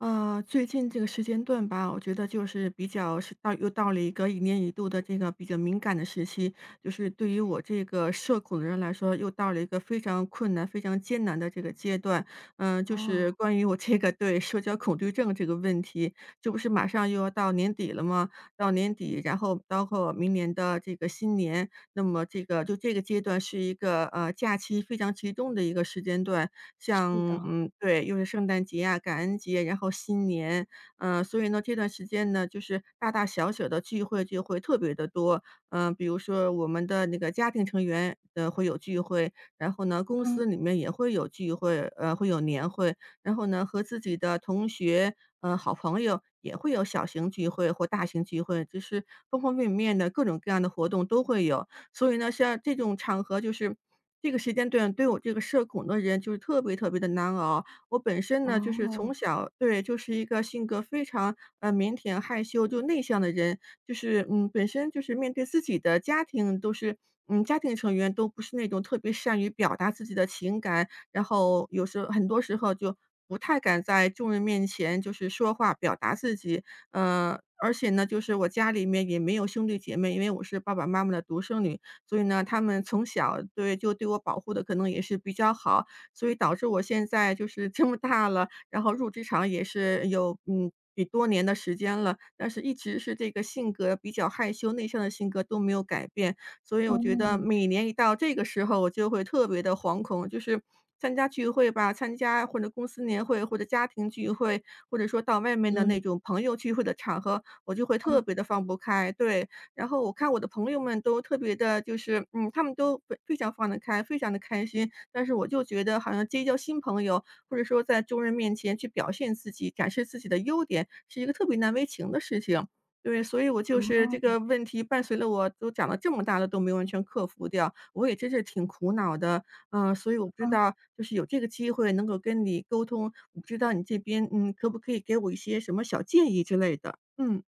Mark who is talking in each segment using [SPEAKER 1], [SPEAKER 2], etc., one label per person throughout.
[SPEAKER 1] 最近这个时间段吧，我觉得就是比较是到又到了一个一年一度的这个比较敏感的时期，就是对于我这个社恐的人来说，又到了一个非常困难、非常艰难的这个阶段。就
[SPEAKER 2] 哦，
[SPEAKER 1] 是关于我这个对社交恐惧症这个问题，这不是马上又要到年底了吗？到年底，然后包括明年的这个新年，那么这个就这个阶段是一个假期非常集中的一个时间段，
[SPEAKER 2] 是
[SPEAKER 1] 像
[SPEAKER 2] 的，
[SPEAKER 1] 对，又是圣诞节啊、感恩节，然后新年，所以呢，这段时间呢，就是大大小小的聚会聚会特别的多。比如说我们的那个家庭成员，会有聚会，然后呢，公
[SPEAKER 2] 嗯，
[SPEAKER 1] 司里面也会有聚会，会有年会，然后呢，和自己的同学，好朋友也会有小型聚会或大型聚会，就是方方面面的各种各样的活动都会有。所以呢，像这种场合就是这个时间段对我这个社恐的人就是特别特别的难熬。我本身呢，就是
[SPEAKER 2] 哦，
[SPEAKER 1] 从小对，就是一个性格非常，腼腆、害羞就内向的人，就是，本身就是面对自己的家庭都是家庭成员都不是那种特别善于表达自己的情感，然后有时候很多时候就不太敢在众人面前就是说话表达自己。而且呢，就是我家里面也没有兄弟姐妹，因为我是爸爸妈妈的独生女，所以呢，他们从小对就对我保护的可能也是比较好，所以导致我现在就是这么大了，然后入职场也是有，比多年的时间了，但是一直是这个性格比较害羞内向的性格都没有改变。所以我觉得
[SPEAKER 2] 嗯，
[SPEAKER 1] 每年一到这个时候，我就会特别的惶恐，就是参加聚会吧，参加或者公司年会或者家庭聚会，或者说到外面
[SPEAKER 2] 有
[SPEAKER 1] 的那
[SPEAKER 2] 理，
[SPEAKER 1] 种朋友聚会的场合，我就会
[SPEAKER 2] 嗯，
[SPEAKER 1] 特别的放不开，对。然后我看我的朋友们都特别的，就是，他们都非常放得开，非常的开心。但是我就觉得好像结交新朋友，或者说在众人面前去表现自己、展示自己的优点，是一个特别难为情的事情。对，所以我就
[SPEAKER 2] 哦，
[SPEAKER 1] 是这
[SPEAKER 2] 嗯。
[SPEAKER 1] 个问题伴随了我都长了这么大了，都没有完全克服掉，我也真是挺苦恼的。所以我不知道就是有这个机会能够跟你沟通，我不知道你这边，可不可以给我一些什么小建议之类的？嗯。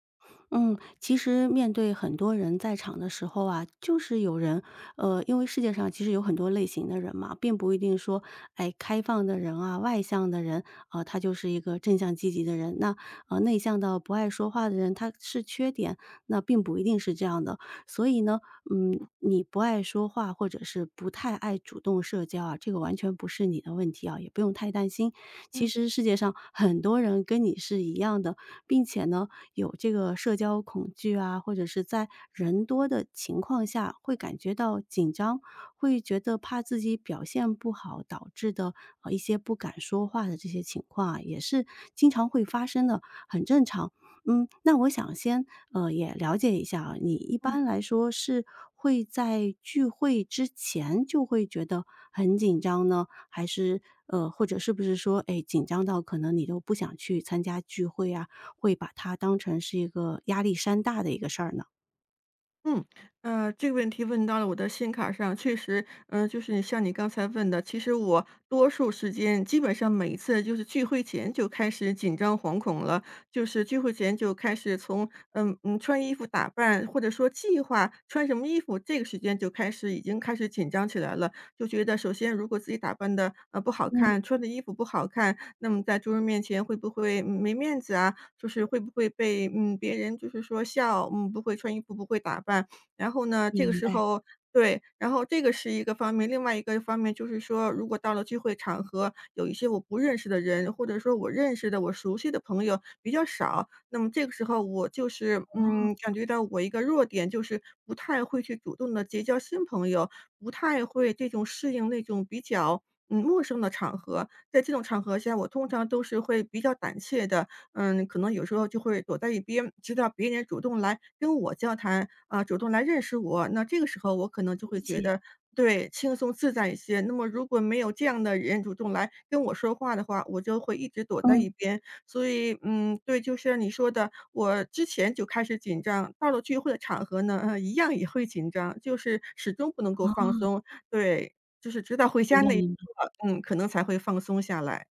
[SPEAKER 2] 嗯，其实面对很多人在场的时候啊，就是有人，因为世界上其实有很多类型的人嘛，并不一定说，哎，开放的人啊，外向的人啊，他就是一个正向积极的人。那内向到不爱说话的人，他是缺点，那并不一定是这样的。所以呢，嗯，你不爱说话或者是不太爱主动社交啊，这个完全不是你的问题啊，也不用太担心。其
[SPEAKER 1] 嗯
[SPEAKER 2] 实世界上很多人跟你是一样的，并且呢，有这个社交恐惧啊，或者是在人多的情况下会感觉到紧张，会觉得怕自己表现不好导致的一些不敢说话的这些情况啊，也是经常会发生的，很正常。嗯，那我想先也了解一下啊，你一
[SPEAKER 1] 嗯。
[SPEAKER 2] 般来说是会在聚会之前就会觉得很紧张呢，还是或者是不是说，哎，紧张到可能你都不想去参加聚会啊？会把它当成是一个压力山大的一个事儿呢？
[SPEAKER 1] 嗯，这个问题问到了我的心坎儿上，确实，就是你像你刚才问的，其实我多数时间，基本上每一次就是聚会前就开始紧张惶恐了，就是聚会前就开始从穿衣服打扮，或者说计划穿什么衣服，这个时间就开始已经开始紧张起来了。就觉得首先如果自己打扮的不好
[SPEAKER 2] 嗯，
[SPEAKER 1] 看，穿的衣服不好看，那么在众人面前会不会，没面子啊？就是会不会被，别人就是说笑，不会穿衣服，不会打扮。然后呢，这个
[SPEAKER 2] 明
[SPEAKER 1] 时
[SPEAKER 2] 白，
[SPEAKER 1] 候对，然后这个是一个方面，另外一个方面就是说，如果到了聚会场合，有一些我不认识的人，或者说我认识的、我熟悉的朋友比较少，那么这个时候我就是，
[SPEAKER 2] 哦，
[SPEAKER 1] 感觉到我一个弱点，就是不太会去主动的结交新朋友。不太会这种适应那种比较，陌生的场合。在这种场合下，我通常都是会比较胆怯的，可能有时候就会躲在一边，直到别人主动来跟我交谈，啊，主动来认识我，那这个时候我可能就
[SPEAKER 2] 理
[SPEAKER 1] 会觉
[SPEAKER 2] 解，
[SPEAKER 1] 得对，轻松自在一些。那么如果没有这样的人主动来跟我说话的话，我就会一直躲
[SPEAKER 2] 嗯，
[SPEAKER 1] 在
[SPEAKER 2] 哦，
[SPEAKER 1] 一边。所以，对，就是像你说的，我之前就开始紧张，到了聚会的场合呢，一样也会紧张，就是始终不能够放松。对，就是直到回
[SPEAKER 2] 明
[SPEAKER 1] 家
[SPEAKER 2] 白
[SPEAKER 1] 那一刻，
[SPEAKER 2] 明白。
[SPEAKER 1] 可能才会放松下来。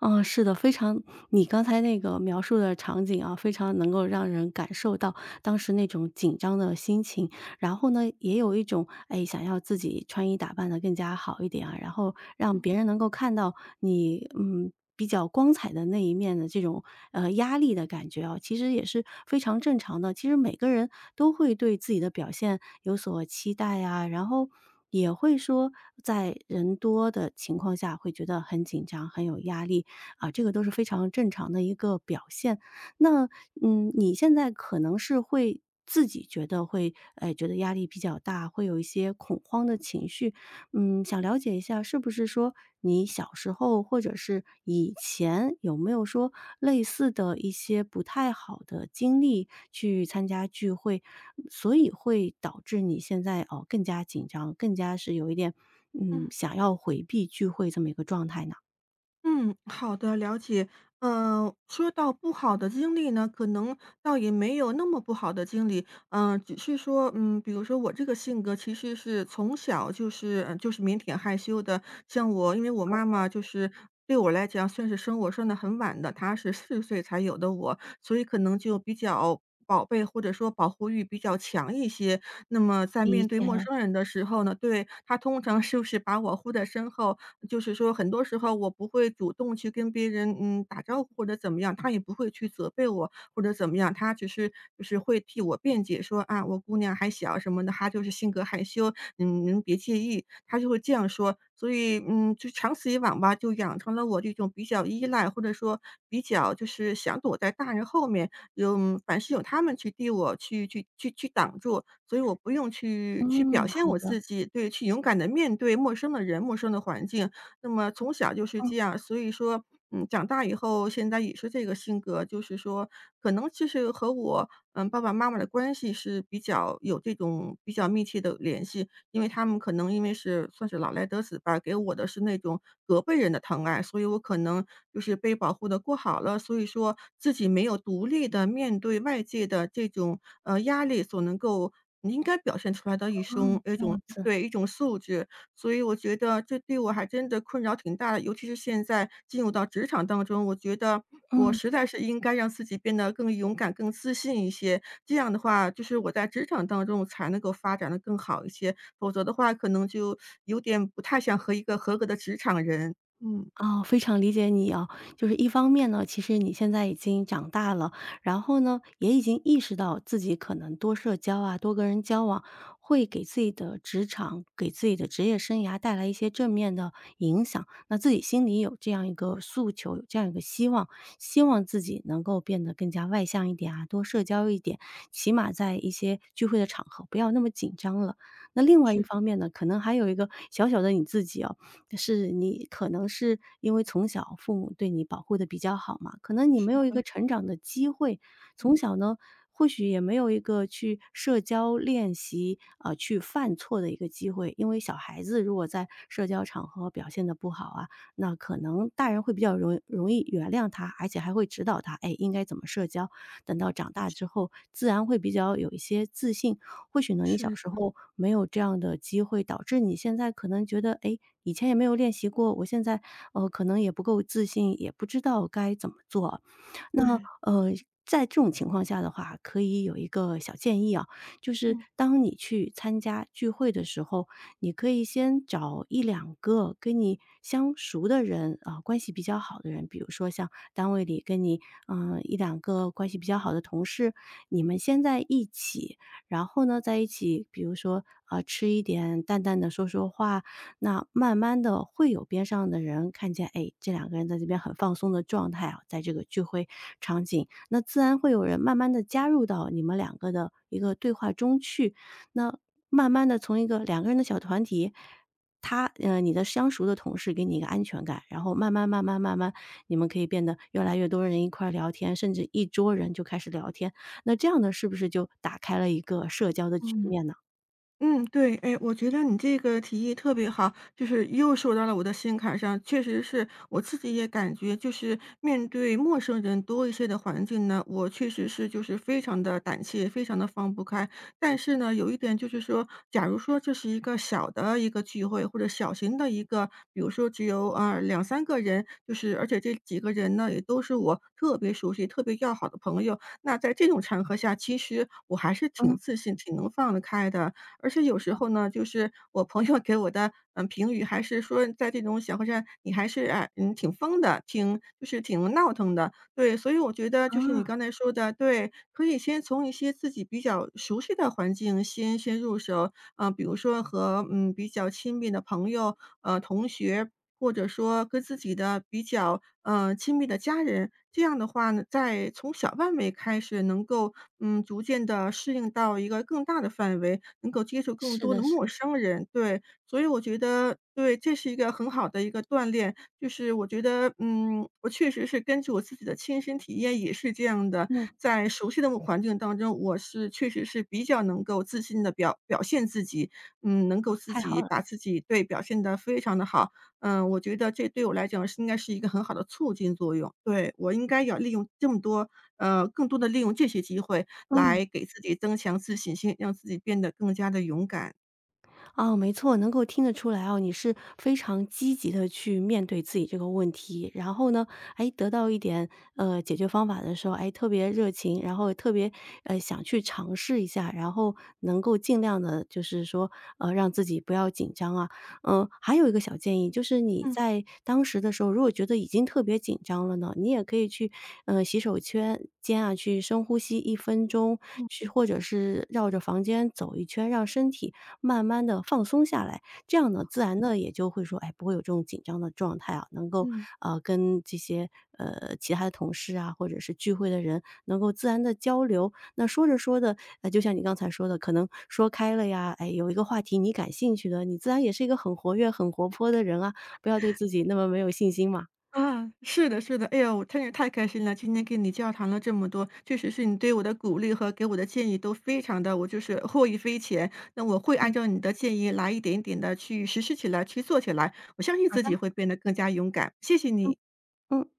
[SPEAKER 2] 嗯，是的，非常你刚才那个描述的场景啊，非常能够让人感受到当时那种紧张的心情。然后呢，也有一种，哎，想要自己穿衣打扮的更加好一点啊，然后让别人能够看到你，嗯，比较光彩的那一面的这种，压力的感觉啊，其实也是非常正常的。其实每个人都会对自己的表现有所期待啊，然后也会说在人多的情况下会觉得很紧张、很有压力。啊，这个都是非常正常的一个表现。那，嗯，你现在可能是会自己觉得会，哎，觉得压力比较大，会有一些恐慌的情绪。嗯，想了解一下，是不是说你小时候或者是以前有没有说类似的一些不太好的经历，去参加聚会，所以会导致你现在哦更加紧张，更加是有一点嗯
[SPEAKER 1] 嗯。
[SPEAKER 2] 想要回避聚会这么一个状态呢？
[SPEAKER 1] 嗯，好的，了解。说到不好的经历呢，可能倒也没有那么不好的经历，只是说，比如说我这个性格其实是从小就是就是腼腆害羞的。像我，因为我妈妈就是对我来讲算是生我生的很晚的，她是40岁才有的我，所以可能就比较宝贝或者说保护欲比较强一些。那么在
[SPEAKER 2] 理
[SPEAKER 1] 面对
[SPEAKER 2] 解
[SPEAKER 1] 陌
[SPEAKER 2] 了。
[SPEAKER 1] 生人的时候呢，对，他通常就是把我护在身后，就是说很多时候我不会主动去跟别人，打招呼或者怎么样，他也不会去责备我或者怎么样，他只是就是会替我辩解说啊，我姑娘还小什么的，她就是性格害羞，您别介意，他就会这样说。所以，就长此以往吧，就养成了我这种比较依赖，或者说比较就是想躲在大人后面，有凡是有他们去替我去挡住，所以我不用去表
[SPEAKER 2] 嗯，
[SPEAKER 1] 现
[SPEAKER 2] 好
[SPEAKER 1] 我
[SPEAKER 2] 的，
[SPEAKER 1] 自己，对，去勇敢的面对陌生的人、陌生的环境。那么从小就是这样，所以说，长大以后现在也是这个性格，就是说可能其实和我，爸爸妈妈的关系是比较有这种比较密切的联系，因为他们可能因为是算是老来得子吧，给我的是那种隔辈人的疼爱，所以我可能就是被保护的过好了，所以说自己没有独立的面对外界的这种，压力所能够应该表现出来的一
[SPEAKER 2] 嗯，
[SPEAKER 1] 种一
[SPEAKER 2] 这
[SPEAKER 1] 种
[SPEAKER 2] 样子，
[SPEAKER 1] 对，一种素质。所以我觉得这对我还真的困扰挺大的，尤其是现在进入到职场当中，我觉得我
[SPEAKER 2] 嗯。
[SPEAKER 1] 实在是应该让自己变得更勇敢、更自信一些，这样的话，就是我在职场当中才能够发展的更好一些，否则的话可能就有点不太想和一个合格的职场人嗯。
[SPEAKER 2] 哦，非常理解你啊。就是一方面呢，其实你现在已经长大了，然后呢，也已经意识到自己可能多社交啊，多跟人交往，会给自己的职场、给自己的职业生涯带来一些正面的影响。那自己心里有这样一个诉求，有这样一个希望，希望自己能够变得更加外向一点啊，多社交一点，起码在一些聚会的场合不要那么紧张了。那另外一
[SPEAKER 1] 是的
[SPEAKER 2] 方面呢，可能还有一个小小的你自己哦，是你可能是因为从小父母对你保护的比较好嘛，可能你
[SPEAKER 1] 是
[SPEAKER 2] 没有一
[SPEAKER 1] 的，
[SPEAKER 2] 个成长的机会，从
[SPEAKER 1] 嗯。
[SPEAKER 2] 小呢，或许也没有一个去社交练习，啊，去犯错的一个机会。因为小孩子如果在社交场合表现的不好啊，那可能大人会比较容易原谅他，而且还会指导他，哎，应该怎么社交。等到长大之后，自然会比较有一些自信，或许呢，你小
[SPEAKER 1] 是
[SPEAKER 2] 时
[SPEAKER 1] 的，
[SPEAKER 2] 候没有这样的机会，导致你现在可能觉得，哎，以前也没有练习过，我现在可能也不够自信，也不知道该怎么做。那
[SPEAKER 1] 对。
[SPEAKER 2] 呃，在这种情况下的话，可以有一个小建议啊，就是
[SPEAKER 1] 嗯
[SPEAKER 2] 当你去参加聚会的时候，你可以先找一两个跟你相熟的人啊、关系比较好的人，比如说像单位里跟你嗯、一两个关系比较好的同事，你们先在一起。然后呢，在一起，比如说啊，吃一点，淡淡的，说说话，那慢慢的会有边上的人看见，哎，这两个人在这边很放松的状态啊，在这个聚会场景，那自然会有人慢慢的加入到你们两个的一个对话中去。那慢慢的从一个两个人的小团体，你的相熟的同事给你一个安全感，然后慢慢慢慢慢慢你们可以变得越来越多人一块儿聊天，甚至一桌人就开始聊天，那这样呢，是不是就打开了一个社交的局
[SPEAKER 1] 嗯。
[SPEAKER 2] 面呢？
[SPEAKER 1] 嗯，对，哎，我觉得你这个提议特别好，就是又说到了我的心坎儿上。确实是我自己也感觉，就是面对陌生人多一些的环境呢，我确实是就是非常的胆怯，非常的放不开。但是呢，有一点就是说，假如说这是一个小的一个聚会，或者小型的一个，比如说只有两三个人，就是而且这几个人呢也都是我特别熟悉、特别要好的朋友，那在这种场合下，其实我还是挺
[SPEAKER 2] 嗯，
[SPEAKER 1] 自信、挺能放得开的。而且有时候呢，就是我朋友给我的，评语还是说在这种小客栈，你还是，哎，挺疯的，挺就是挺闹腾的。对，所以我觉得
[SPEAKER 2] 啊，
[SPEAKER 1] 就是你刚才说的，对，可以先从一些自己比较熟悉的环境先入手，比如说和，比较亲密的朋友，同学或者说跟自己的比较，亲密的家人，这样的话呢，在从小范围开始能够，逐渐的适应到一个更大的范围，能够接触更
[SPEAKER 2] 是
[SPEAKER 1] 多
[SPEAKER 2] 的
[SPEAKER 1] 的
[SPEAKER 2] 是
[SPEAKER 1] 陌生人，对。所以我觉得对，这是一个很好的一个锻炼，就是我觉得，我确实是根据我自己的亲身体验也是这样的，
[SPEAKER 2] 的，嗯，
[SPEAKER 1] 在熟悉的环境当中，我是确实是比较能够自信的表现自己，能够自
[SPEAKER 2] 太好
[SPEAKER 1] 己
[SPEAKER 2] 了，
[SPEAKER 1] 把自己对，表现的非常的好，我觉得这对我来讲是应该是一个很好的促进作用。对，我应该要利用这么多更多的利用这些机会
[SPEAKER 2] 嗯。
[SPEAKER 1] 来给自己增强自信心，让自己变得更加的勇敢。
[SPEAKER 2] 哦，没错，能够听得出来哦，你是非常积极的去面对自己这个问题，然后呢，哎，得到一点，呃，解决方法的时候，哎，特别热情，然后特别，想去尝试一下，然后能够尽量的，就是说，让自己不要紧张啊。嗯，还有一个小建议，就是你
[SPEAKER 1] 嗯
[SPEAKER 2] 在当时的时候，如果觉得已经特别紧张了呢，你也可以去，洗手圈间啊，去深呼吸1分钟，
[SPEAKER 1] 嗯。
[SPEAKER 2] 去或者是绕着房间走一圈，让身体慢慢的放松下来，这样呢，自然的也就会说，哎，不会有这种紧张的状态啊，能够，
[SPEAKER 1] 嗯。
[SPEAKER 2] 跟这些，其他的同事啊，或者是聚会的人能够自然的交流。那说着说着，就像你刚才说的，可能说开了呀，哎，有一个话题你感兴趣的，你自然也是一个很活跃、很活泼的人啊，不要对自己那么没有信心嘛。
[SPEAKER 1] 啊，是的是的。哎哟，我真是太开心了，今天跟你交谈了这么多，确实是你对我的鼓励和给我的建议都非常的，我就是获益匪浅。那我会
[SPEAKER 2] 嗯，
[SPEAKER 1] 按照你的建议来一点一点的去实施起来，去做起来，我相信
[SPEAKER 2] 好
[SPEAKER 1] 自
[SPEAKER 2] 的，
[SPEAKER 1] 己会变得更加勇敢，谢谢
[SPEAKER 2] 嗯，
[SPEAKER 1] 你。
[SPEAKER 2] 嗯。